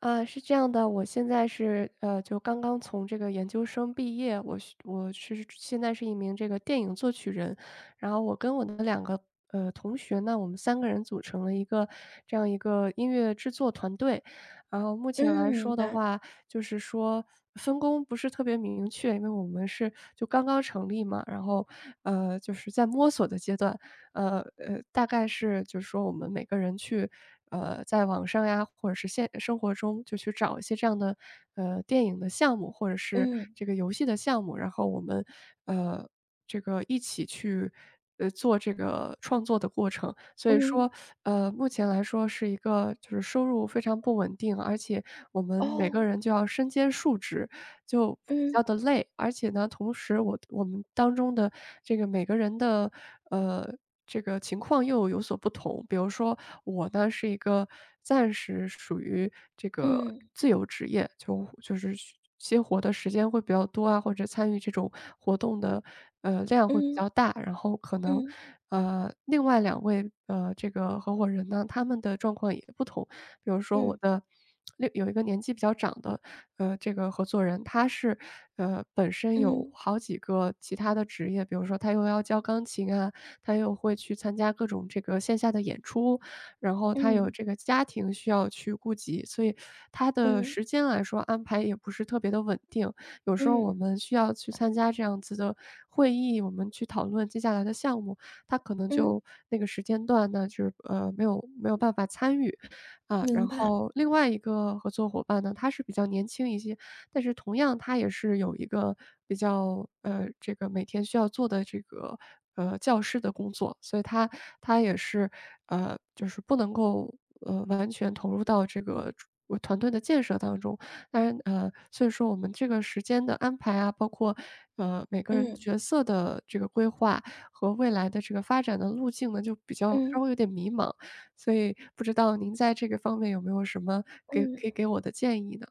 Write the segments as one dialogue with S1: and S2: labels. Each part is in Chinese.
S1: 是这样的，我现在是就刚刚从这个研究生毕业，我现在是一名这个电影作曲人，然后我跟我的两个同学呢，我们三个人组成了一个这样一个音乐制作团队，然后目前来
S2: 嗯，明
S1: 说的
S2: 白，
S1: 话，就是说分工不是特别明确，因为我们是就刚刚成立嘛，然后，就是在摸索的阶段。大概是就是说我们每个人去，在网上呀，或者是现生活中就去找一些这样的，电影的项目，或者是
S2: 嗯，
S1: 这个游戏的项目，然后我们，呃这个一起去，做这个创作的过程。所以
S2: 嗯，
S1: 说，目前来说是一个就是收入非常不稳定，而且我们每个
S2: 哦，
S1: 人就要身兼数职，就比较
S2: 嗯，
S1: 的累。而且呢，同时我们当中的这个每个人的，呃，这个情况又有所不同。比如说我呢是一个暂时属于这个
S2: 嗯，
S1: 自由职业，就是接活的时间会比较多啊，或者参与这种活动的，量会比
S2: 嗯，
S1: 较大。然后可能，
S2: 嗯，
S1: 另外两位，这个合伙人呢，他们的状况也不同。比如说我
S2: 嗯，
S1: 的另有一个年纪比较长的，这个合作人，他是，本身有
S2: 嗯，
S1: 好几个其他的职业，比如说他又要教钢琴啊，他又会去参加各种这个线下的演出，然后他有
S2: 嗯，
S1: 这个家庭需要去顾及，所以他的
S2: 嗯，
S1: 时间来说安排也不是特别的稳定。有时候我
S2: 嗯，
S1: 们需要去参加这样子的会议，我们去讨论接下来的项目，他可能
S2: 嗯，
S1: 就那个时间段呢，就是，没有办法参与。啊，
S2: 明
S1: 然
S2: 白，
S1: 后另外一个合作伙伴呢，他是比较年轻一些，但是同样他也是有一个比较这个每天需要做的这个，教师的工作，所以他也是，就是不能够，完全投入到这个主我团队的建设当中。当然，所以说我们这个时间的安排啊，包括，每个人
S2: 嗯，
S1: 角色的这个规划和未来的这个发展的路径呢，就比较稍
S2: 嗯，
S1: 微有点迷茫，所以不知道您在这个方面有没有什么给可以
S2: 嗯。
S1: 给我的建议呢？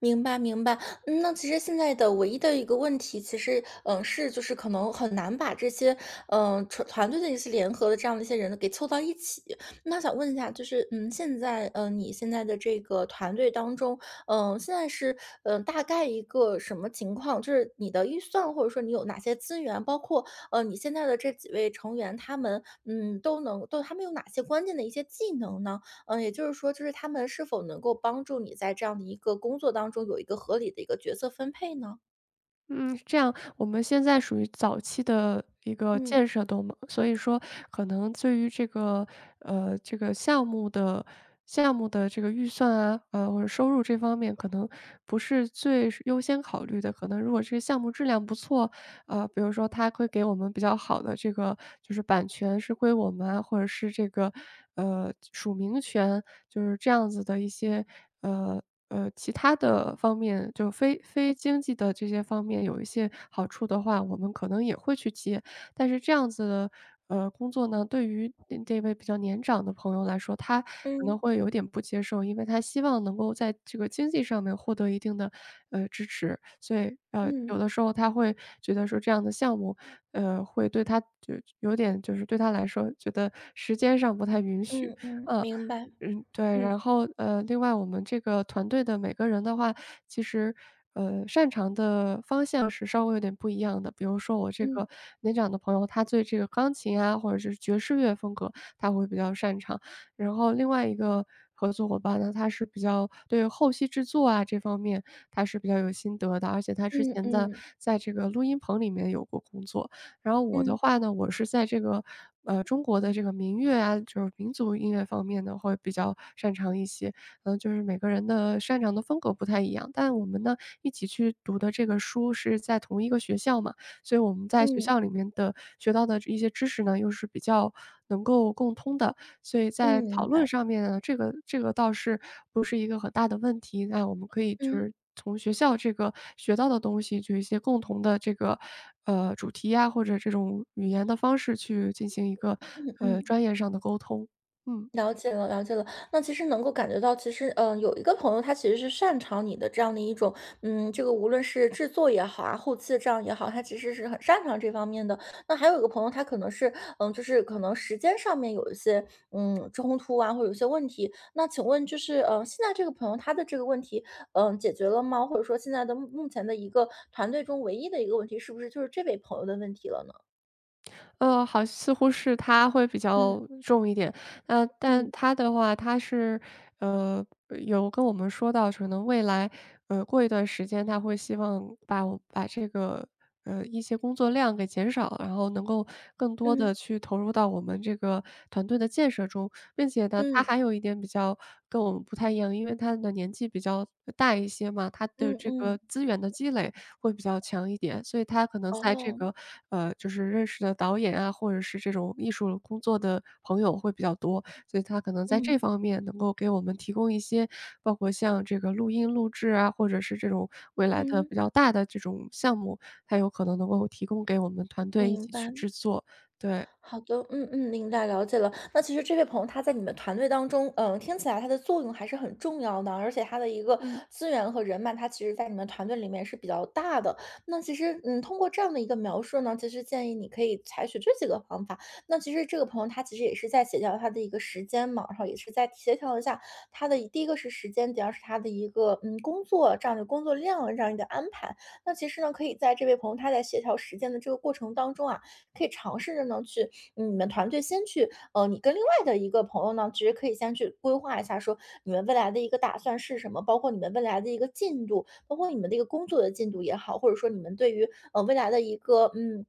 S2: 明白明白。那其实现在的唯一的一个问题，其实，是就是可能很难把这些，团队的一些联合的这样的一些人给凑到一起。那想问一下，就是，现在，你现在的这个团队当中，现在是，大概一个什么情况？就是你的预算，或者说你有哪些资源，包括，你现在的这几位成员，他们，都能，都他们有哪些关键的一些技能呢？也就是说，就是他们是否能够帮助你在这样的一个工作当中有一个合理的一个角色分配呢？
S1: 嗯，是这样，我们现在属于早期的一个
S2: 嗯，
S1: 建设动嘛，所以说可能对于这个这个项目的这个预算啊，或者收入这方面，可能不是最是优先考虑的。可能如果这个项目质量不错，比如说他会给我们比较好的这个就是版权是归我们啊，或者是这个，署名权，就是这样子的一些，呃，其他的方面，就非经济的这些方面有一些好处的话，我们可能也会去接。但是这样子的，工作呢，对于这位比较年长的朋友来说，他可能
S2: 嗯，
S1: 会有点不接受，因为他希望能够在这个经济上面获得一定的，支持。所以，有
S2: 嗯，
S1: 的时候他会觉得说这样的项目，会对他就有点就是对他来说觉得时间上不太允许，
S2: 嗯，嗯，
S1: 嗯。
S2: 明白。
S1: 嗯，对，然
S2: 嗯，
S1: 后，另外我们这个团队的每个人的话，其实，擅长的方向是稍微有点不一样的。比如说我这个
S2: 嗯，
S1: 年长的朋友，他对这个钢琴啊，或者是爵士乐风格，他会比较擅长。然后另外一个合作伙伴呢，他是比较对后期制作啊这方面，他是比较有心得的，而且他之
S2: 嗯，
S1: 前在
S2: 嗯，
S1: 在这个录音棚里面有过工作。然后我的
S2: 嗯，
S1: 话呢，我是在这个，中国的这个民乐啊，就是民族音乐方面呢，会比较擅长一些。嗯，就是每个人的擅长的风格不太一样，但我们呢，一起去读的这个书是在同一个学校嘛，所以我们在学校
S2: 嗯，
S1: 里面的学到的一些知识呢，又是比较能够共通的。所以在
S2: 嗯，
S1: 讨
S2: 明
S1: 论
S2: 白。
S1: 上面呢，这个倒是不是一个很大的问题。那我们可以就
S2: 嗯，
S1: 是从学校这个学到的东西，就一些共同的这个主题呀，或者这种语言的方式去进行一个
S2: 嗯，嗯。
S1: 专业上的沟通。嗯，
S2: 了解了，了解了。那其实能够感觉到，其实，有一个朋友，他其实是擅长你的这样的一种，这个无论是制作也好啊，后期的这样也好，他其实是很擅长这方面的。那还有一个朋友，他可能是，就是可能时间上面有一些，冲突啊，或者有些问题。那请问，就是，现在这个朋友他的这个问题，解决了吗？或者说现在的目前的一个团队中唯一的一个问题，是不是就是这位朋友的问题了呢？
S1: 好，似乎是他会比较
S2: 嗯，
S1: 重一点。但
S2: 嗯，
S1: 他的话，他是呃有跟我们说到，可能未来过一段时间，他会希望把这个一些工作量给减少，然后能够更多的
S2: 嗯，
S1: 去投入到我们这个团队的建设中。并且呢，他
S2: 嗯，
S1: 还有一点比较跟我们不太一样，因为他的年纪比较大一些嘛，他的
S2: 嗯，
S1: 这个
S2: 嗯，
S1: 资源的积累会比较强一点，所以他可能在这
S2: 哦，
S1: 个，就是认识的导演啊，或者是这种艺术工作的朋友会比较多，所以他可能在
S2: 嗯。
S1: 这方面能够给我们提供一些，包括像这个录音录制啊，或者是这种未来的
S2: 嗯，
S1: 比较大的这种项目，它有可能能够提供给我们团队一
S2: 明
S1: 起
S2: 白。
S1: 去制作，对。
S2: 好的，明白了解了。那其实这位朋友他在你们团队当中，听起来他的作用还是很重要的，而且他的一个
S1: 嗯
S2: 资源和人脉，他其实在你们团队里面是比较大的。那其实，通过这样的一个描述呢，其实建议你可以采取这几个方法。那其实这个朋友他其实也是在协调他的一个时间嘛，然后也是在协调一下他的第一个是时间，第二是他的一个工作这样的工作量这样一个安排。那其实呢，可以在这位朋友他在协调时间的这个过程当中啊，可以尝试着呢去你们团队先去，你跟另外的一个朋友呢，其实可以先去规划一下，说你们未来的一个打算是什么，包括你们未来的一个进度，包括你们的一个工作的进度也好，或者说你们对于未来的一个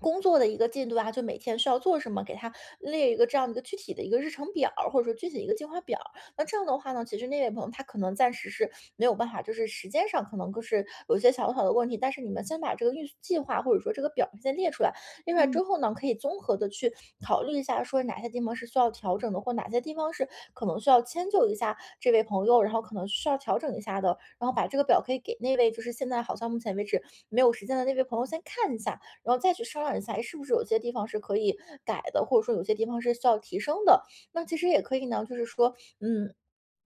S2: 工作的一个进度啊，就每天需要做什么，给他列一个这样的一个具体的一个日程表或者说具体的一个计划表。那这样的话呢，其实那位朋友他可能暂时是没有办法，就是时间上可能就是有一些小小的问题，但是你们先把这个预计划或者说这个表先列出来。另外
S1: 嗯。
S2: 之后呢，可以综合的去考虑一下，说哪些地方是需要调整的，或哪些地方是可能需要迁就一下这位朋友，然后可能需要调整一下的。然后把这个表可以给那位就是现在好像目前为止没有时间的那位朋友先看一下，然后再去商量一下，哎，是不是有些地方是可以改的，或者说有些地方是需要提升的。那其实也可以呢，就是说，嗯。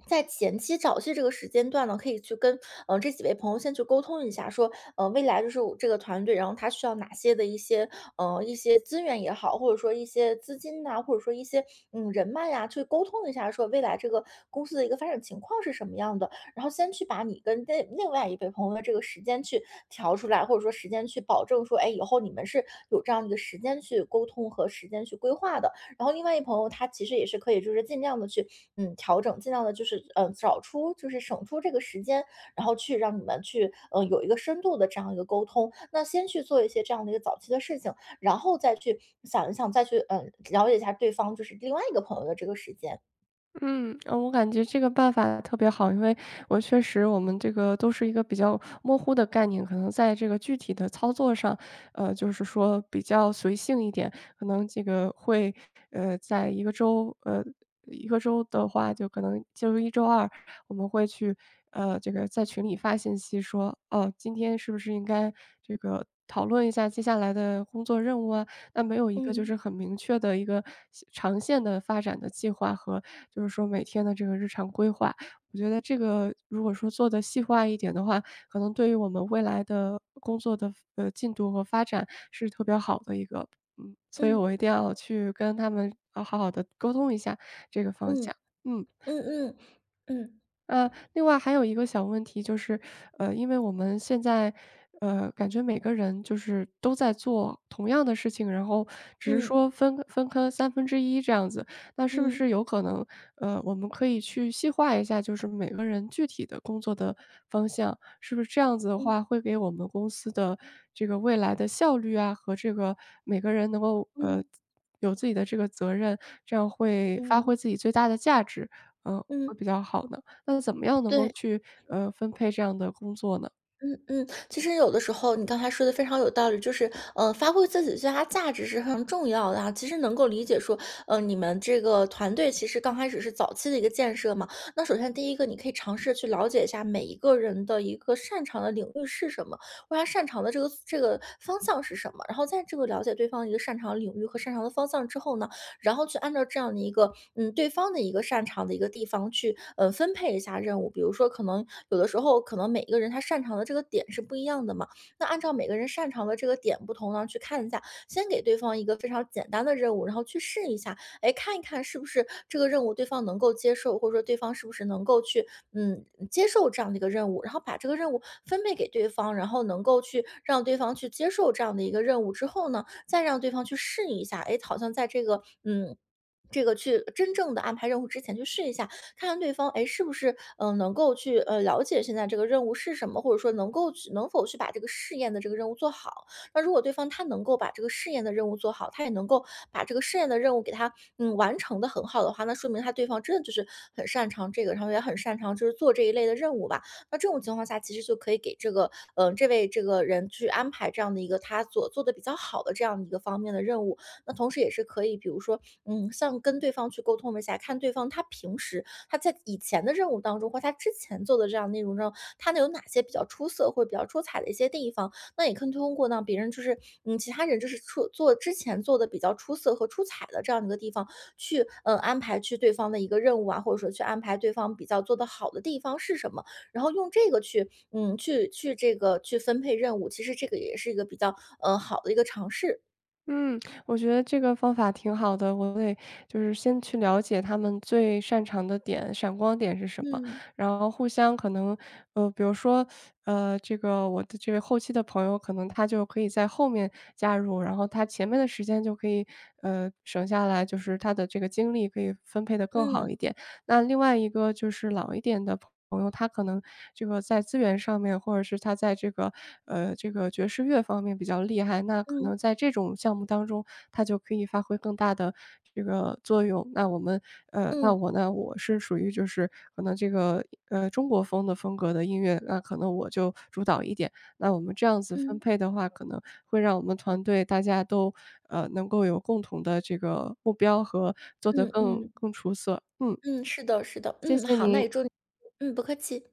S2: 在前期早期这个时间段呢，可以去跟这几位朋友先去沟通一下，说未来就是我这个团队，然后他需要哪些的一些一些资源也好，或者说一些资金呐、或者说一些人脉呀、去沟通一下，说未来这个公司的一个发展情况是什么样的，然后先去把你跟另外一位朋友的这个时间去调出来，或者说时间去保证说，哎，以后你们是有这样一个时间去沟通和时间去规划的，然后另外一朋友他其实也是可以就是尽量的去，调整，尽量的就是，找出就是省出这个时间，然后去让你们去，有一个深度的这样一个沟通。那先去做一些这样的一个早期的事情，然后再去想一想，再去，了解一下对方就是另外一个朋友的这个时间。
S1: 嗯，我感觉这个办法特别好，因为我确实我们这个都是一个比较模糊的概念，可能在这个具体的操作上，就是说比较随性一点，可能这个会，在一个周一个周的话，就可能就一周二，我们会去，这个在群里发信息说，哦，今天是不是应该这个讨论一下接下来的工作任务啊？那没有一个就是
S2: 嗯，
S1: 很明确的一个长线的发展的计划和就是说每天的这个日常规划。我觉得这个如果说做的细化一点的话，可能对于我们未来的工作的进度和发展是特别好的一个，嗯，所以
S2: 嗯，
S1: 我一定要去跟他们好好的沟通一下这个方
S2: 嗯，
S1: 向，嗯。
S2: 嗯，嗯，嗯，
S1: 另外还有一个小问题就是，因为我们现在，感觉每个人就是都在做同样的事情，然后只是
S2: 嗯，
S1: 说分科1/3这样子，那是不
S2: 嗯，
S1: 是有可能，我们可以去细化一下，就是每个人具体的工作的方向，是不是这样子的
S2: 嗯，
S1: 话，会给我们公司的这个未来的效率啊，和这个每个人能够
S2: 嗯，
S1: 有自己的这个责任，这样会发挥
S2: 嗯，
S1: 自己最大的价值，嗯、会
S2: 嗯，
S1: 比较好呢？那怎么样能够
S2: 对。
S1: 去，分配这样的工作呢？
S2: 嗯，嗯，其实有的时候你刚才说的非常有道理，就是，发挥自己最大价值是非常重要的啊。其实能够理解说，你们这个团队其实刚开始是早期的一个建设嘛。那首先第一个，你可以尝试去了解一下每一个人的一个擅长的领域是什么，或者他擅长的这个这个方向是什么。然后在这个了解对方一个擅长的领域和擅长的方向之后呢，然后去按照这样的一个，对方的一个擅长的一个地方去，分配一下任务。比如说，可能有的时候，可能每一个人他擅长的这个点是不一样的嘛，那按照每个人擅长的这个点不同呢，去看一下，先给对方一个非常简单的任务，然后去试一下，哎，看一看是不是这个任务对方能够接受，或者说对方是不是能够去，嗯，接受这样的一个任务，然后把这个任务分配给对方，然后能够去让对方去接受这样的一个任务之后呢，再让对方去试一下，哎，好像在这个这个去真正的安排任务之前去试一下，看看对方，哎，是不是能够去了解现在这个任务是什么，或者说能够去能否去把这个试验的这个任务做好。那如果对方他能够把这个试验的任务做好，他也能够把这个试验的任务给他完成的很好的话，那说明他对方真的就是很擅长这个，然后也很擅长就是做这一类的任务吧。那这种情况下，其实就可以给这个，这位这个人去安排这样的一个他所做的比较好的这样的一个方面的任务。那同时也是可以，比如说，像跟对方去沟通一下，看对方他平时他在以前的任务当中，或他之前做的这样内容中，他能有哪些比较出色或者比较出彩的一些地方。那也可以通过让别人就是，其他人就是出做之前做的比较出色和出彩的这样的一个地方，去，安排去对方的一个任务啊，或者说去安排对方比较做的好的地方是什么。然后用这个去，去这个去分配任务，其实这个也是一个比较，好的一个尝试。
S1: 嗯，我觉得这个方法挺好的，我得就是先去了解他们最擅长的点、闪光点是什么，
S2: 嗯，
S1: 然后互相可能，比如说，这个我的这位后期的朋友，可能他就可以在后面加入，然后他前面的时间就可以，省下来，就是他的这个精力可以分配的更好
S2: 嗯，
S1: 一点。那另外一个就是老一点的朋友，他可能这个在资源上面，或者是他在这个，这个爵士乐方面比较厉害，那可能
S2: 嗯，
S1: 在这种项目当中，他就可以发挥更大的这个作用。那我们那
S2: 嗯，
S1: 我呢，我是属于就是可能这个，中国风的风格的音乐，那可能我就主导一点。那我们这样子分
S2: 嗯，
S1: 配的话，可能会让我们团队大家都，能够有共同的这个目标和做得
S2: 嗯，
S1: 更
S2: 嗯，
S1: 更出色，嗯。
S2: 嗯，是的，是的，
S1: 谢
S2: 嗯，
S1: 谢
S2: 好，那
S1: 你。
S2: 也祝你。嗯，不客气。